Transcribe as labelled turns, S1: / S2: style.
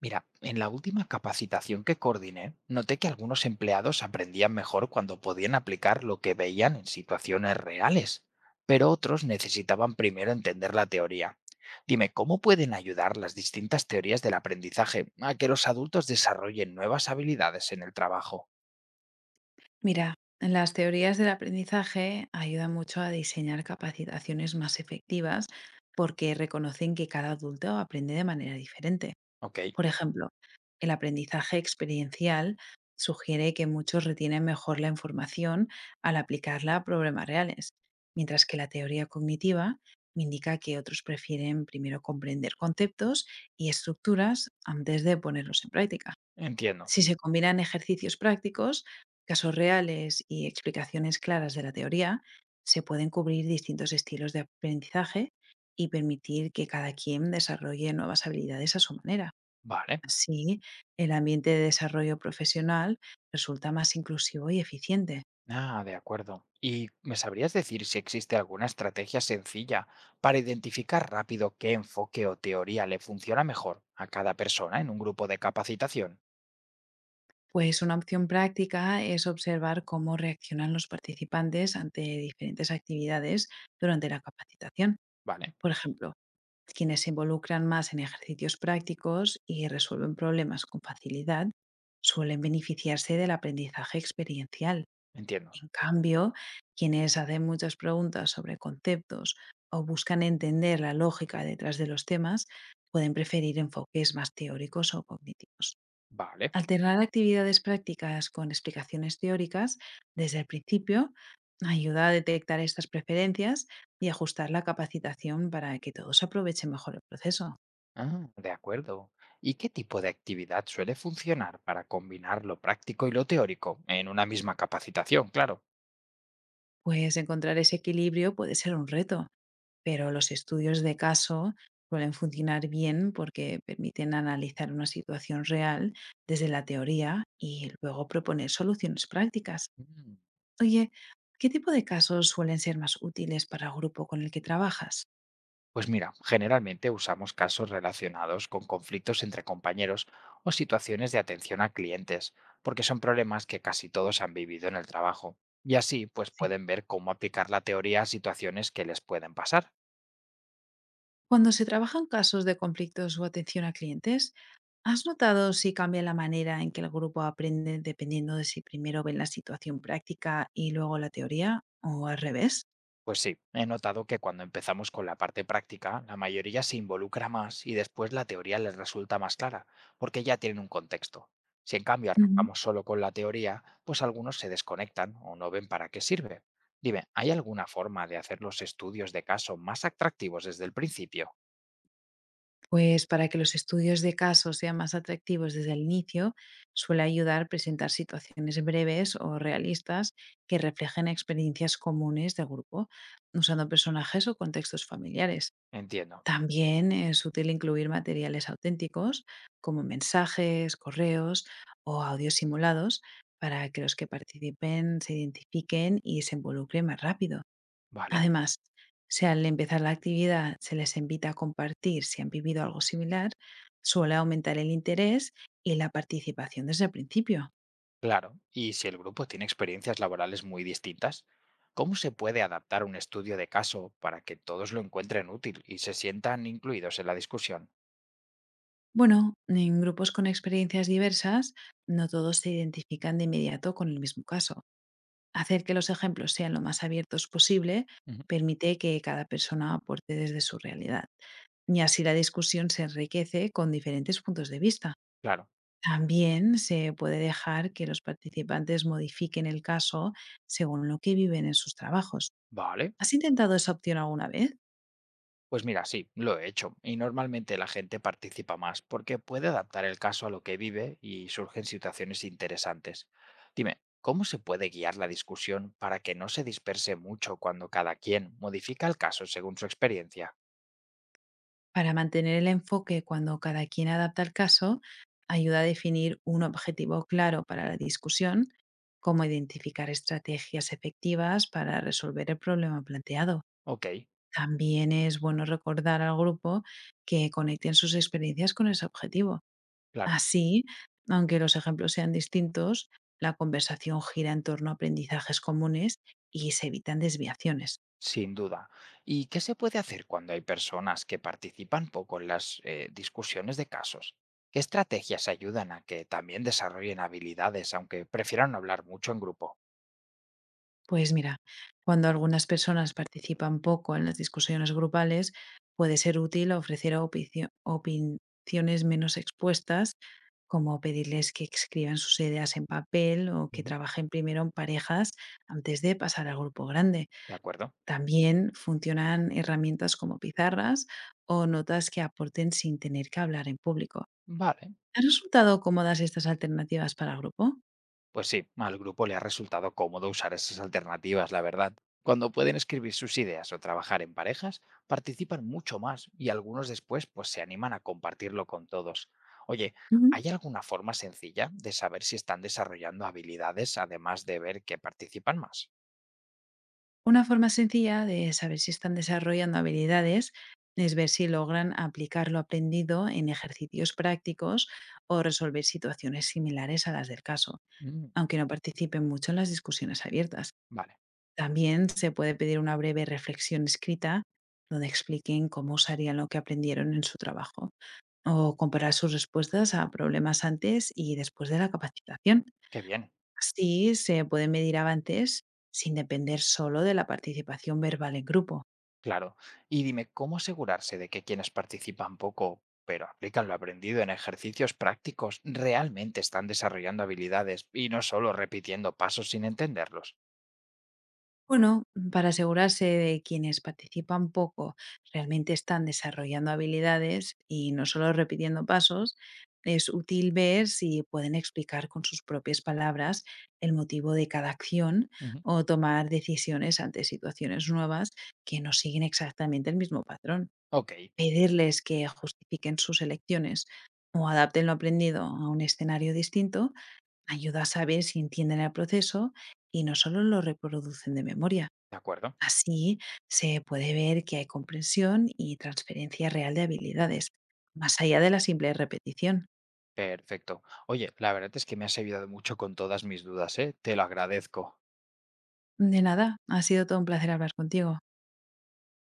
S1: Mira, en la última capacitación que coordiné, noté que algunos empleados aprendían mejor cuando podían aplicar lo que veían en situaciones reales, pero otros necesitaban primero entender la teoría. Dime, ¿cómo pueden ayudar las distintas teorías del aprendizaje a que los adultos desarrollen nuevas habilidades en el trabajo?
S2: Mira, las teorías del aprendizaje ayudan mucho a diseñar capacitaciones más efectivas porque reconocen que cada adulto aprende de manera diferente.
S1: Ok,
S2: Por ejemplo, el aprendizaje experiencial sugiere que muchos retienen mejor la información al aplicarla a problemas reales, mientras que la teoría cognitiva indica que otros prefieren primero comprender conceptos y estructuras antes de ponerlos en práctica.
S1: entiendo.
S2: Si se combinan ejercicios prácticos, casos reales y explicaciones claras de la teoría, se pueden cubrir distintos estilos de aprendizaje y permitir que cada quien desarrolle nuevas habilidades a su manera.
S1: Vale.
S2: Así, el ambiente de desarrollo profesional resulta más inclusivo y eficiente.
S1: Ah, de acuerdo. ¿Y me sabrías decir si existe alguna estrategia sencilla para identificar rápido qué enfoque o teoría le funciona mejor a cada persona en un grupo de capacitación?
S2: Pues una opción práctica es observar cómo reaccionan los participantes ante diferentes actividades durante la capacitación.
S1: Vale,
S2: Por ejemplo, quienes se involucran más en ejercicios prácticos y resuelven problemas con facilidad suelen beneficiarse del aprendizaje experiencial.
S1: entiendo.
S2: En cambio, quienes hacen muchas preguntas sobre conceptos o buscan entender la lógica detrás de los temas pueden preferir enfoques más teóricos o cognitivos.
S1: Vale.
S2: Alternar actividades prácticas con explicaciones teóricas desde el principio ayuda a detectar estas preferencias y ajustar la capacitación para que todos aprovechen mejor el proceso.
S1: Ah, de acuerdo. ¿Y qué tipo de actividad suele funcionar para combinar lo práctico y lo teórico en una misma capacitación? Claro.
S2: Pues encontrar ese equilibrio puede ser un reto, pero los estudios de caso suelen funcionar bien porque permiten analizar una situación real desde la teoría y luego proponer soluciones prácticas.
S1: Mm.
S2: Oye, ¿qué tipo de casos suelen ser más útiles para el grupo con el que trabajas?
S1: Pues mira, generalmente usamos casos relacionados con conflictos entre compañeros o situaciones de atención a clientes, porque son problemas que casi todos han vivido en el trabajo. Y así, pues
S2: Sí.
S1: pueden ver cómo aplicar la teoría a situaciones que les pueden pasar.
S2: Cuando se trabajan casos de conflictos o atención a clientes, ¿has notado si cambia la manera en que el grupo aprende dependiendo de si primero ven la situación práctica y luego la teoría o al revés?
S1: Pues sí, he notado que cuando empezamos con la parte práctica, la mayoría se involucra más y después la teoría les resulta más clara, porque ya tienen un contexto. Si en cambio
S2: Ujú.
S1: arrancamos solo con la teoría, pues algunos se desconectan o no ven para qué sirve. Dime, ¿hay alguna forma de hacer los estudios de caso más atractivos desde el principio?
S2: Pues para que los estudios de casos sean más atractivos desde el inicio, suele ayudar presentar situaciones breves o realistas que reflejen experiencias comunes del grupo, usando personajes o contextos familiares.
S1: Entiendo.
S2: También es útil incluir materiales auténticos como mensajes, correos o audios simulados para que los que participen se identifiquen y se involucren más rápido.
S1: Vale,
S2: Además, si al empezar la actividad se les invita a compartir si han vivido algo similar, suele aumentar el interés y la participación desde el principio.
S1: claro. ¿Y si el grupo tiene experiencias laborales muy distintas? ¿Cómo se puede adaptar un estudio de caso para que todos lo encuentren útil y se sientan incluidos en la discusión?
S2: Bueno, en grupos con experiencias diversas, no todos se identifican de inmediato con el mismo caso. Hacer que los ejemplos sean lo más abiertos posible
S1: Ujú,
S2: permite que cada persona aporte desde su realidad, y así la discusión se enriquece con diferentes puntos de vista.
S1: claro,
S2: También se puede dejar que los participantes modifiquen el caso según lo que viven en sus trabajos.
S1: vale.
S2: ¿Has intentado esa opción alguna vez?
S1: Pues mira, sí, lo he hecho. Y normalmente la gente participa más porque puede adaptar el caso a lo que vive y surgen situaciones interesantes. Dime, ¿cómo se puede guiar la discusión para que no se disperse mucho cuando cada quien modifica el caso según su experiencia?
S2: Para mantener el enfoque cuando cada quien adapta el caso, ayuda a definir un objetivo claro para la discusión, como identificar estrategias efectivas para resolver el problema planteado.
S1: Ok,
S2: También es bueno recordar al grupo que conecten sus experiencias con ese objetivo.
S1: claro,
S2: Así, aunque los ejemplos sean distintos, la conversación gira en torno a aprendizajes comunes y se evitan desviaciones.
S1: sin duda. ¿Y qué se puede hacer cuando hay personas que participan poco en las discusiones de casos? ¿Qué estrategias ayudan a que también desarrollen habilidades, aunque prefieran no hablar mucho en grupo?
S2: Pues mira, cuando algunas personas participan poco en las discusiones grupales, puede ser útil ofrecer opiniones menos expuestas, como pedirles que escriban sus ideas en papel o que trabajen primero en parejas antes de pasar al grupo grande.
S1: ¿De acuerdo?
S2: También funcionan herramientas como pizarras o notas que aporten sin tener que hablar en público.
S1: Vale.
S2: ¿Han resultado cómodas estas alternativas para el grupo?
S1: Pues sí, al grupo le ha resultado cómodo usar esas alternativas, la verdad. Cuando pueden escribir sus ideas o trabajar en parejas, participan mucho más y algunos después pues se animan a compartirlo con todos. Oye,
S2: Ujú.
S1: ¿hay alguna forma sencilla de saber si están desarrollando habilidades además de ver que participan más?
S2: Una forma sencilla de saber si están desarrollando habilidades es ver si logran aplicar lo aprendido en ejercicios prácticos o resolver situaciones similares a las del caso,
S1: Mm,
S2: aunque no participen mucho en las discusiones abiertas.
S1: vale,
S2: También se puede pedir una breve reflexión escrita donde expliquen cómo usarían lo que aprendieron en su trabajo o comparar sus respuestas a problemas antes y después de la capacitación.
S1: qué bien.
S2: Así se pueden medir avances sin depender solo de la participación verbal en grupo.
S1: Claro. Y dime, ¿cómo asegurarse de que quienes participan poco, pero aplican lo aprendido en ejercicios prácticos, realmente están desarrollando habilidades y no solo repitiendo pasos sin entenderlos?
S2: Bueno, para asegurarse de quienes participan poco realmente están desarrollando habilidades y no solo repitiendo pasos, es útil ver si pueden explicar con sus propias palabras el motivo de cada acción
S1: Ujú.
S2: o tomar decisiones ante situaciones nuevas que no siguen exactamente el mismo patrón.
S1: Ok,
S2: Pedirles que justifiquen sus elecciones o adapten lo aprendido a un escenario distinto ayuda a saber si entienden el proceso y no solo lo reproducen de memoria.
S1: de acuerdo.
S2: Así se puede ver que hay comprensión y transferencia real de habilidades, más allá de la simple repetición.
S1: Perfecto. Oye, la verdad es que me has ayudado mucho con todas mis dudas, ¿eh? Te lo agradezco.
S2: De nada, ha sido todo un placer hablar contigo.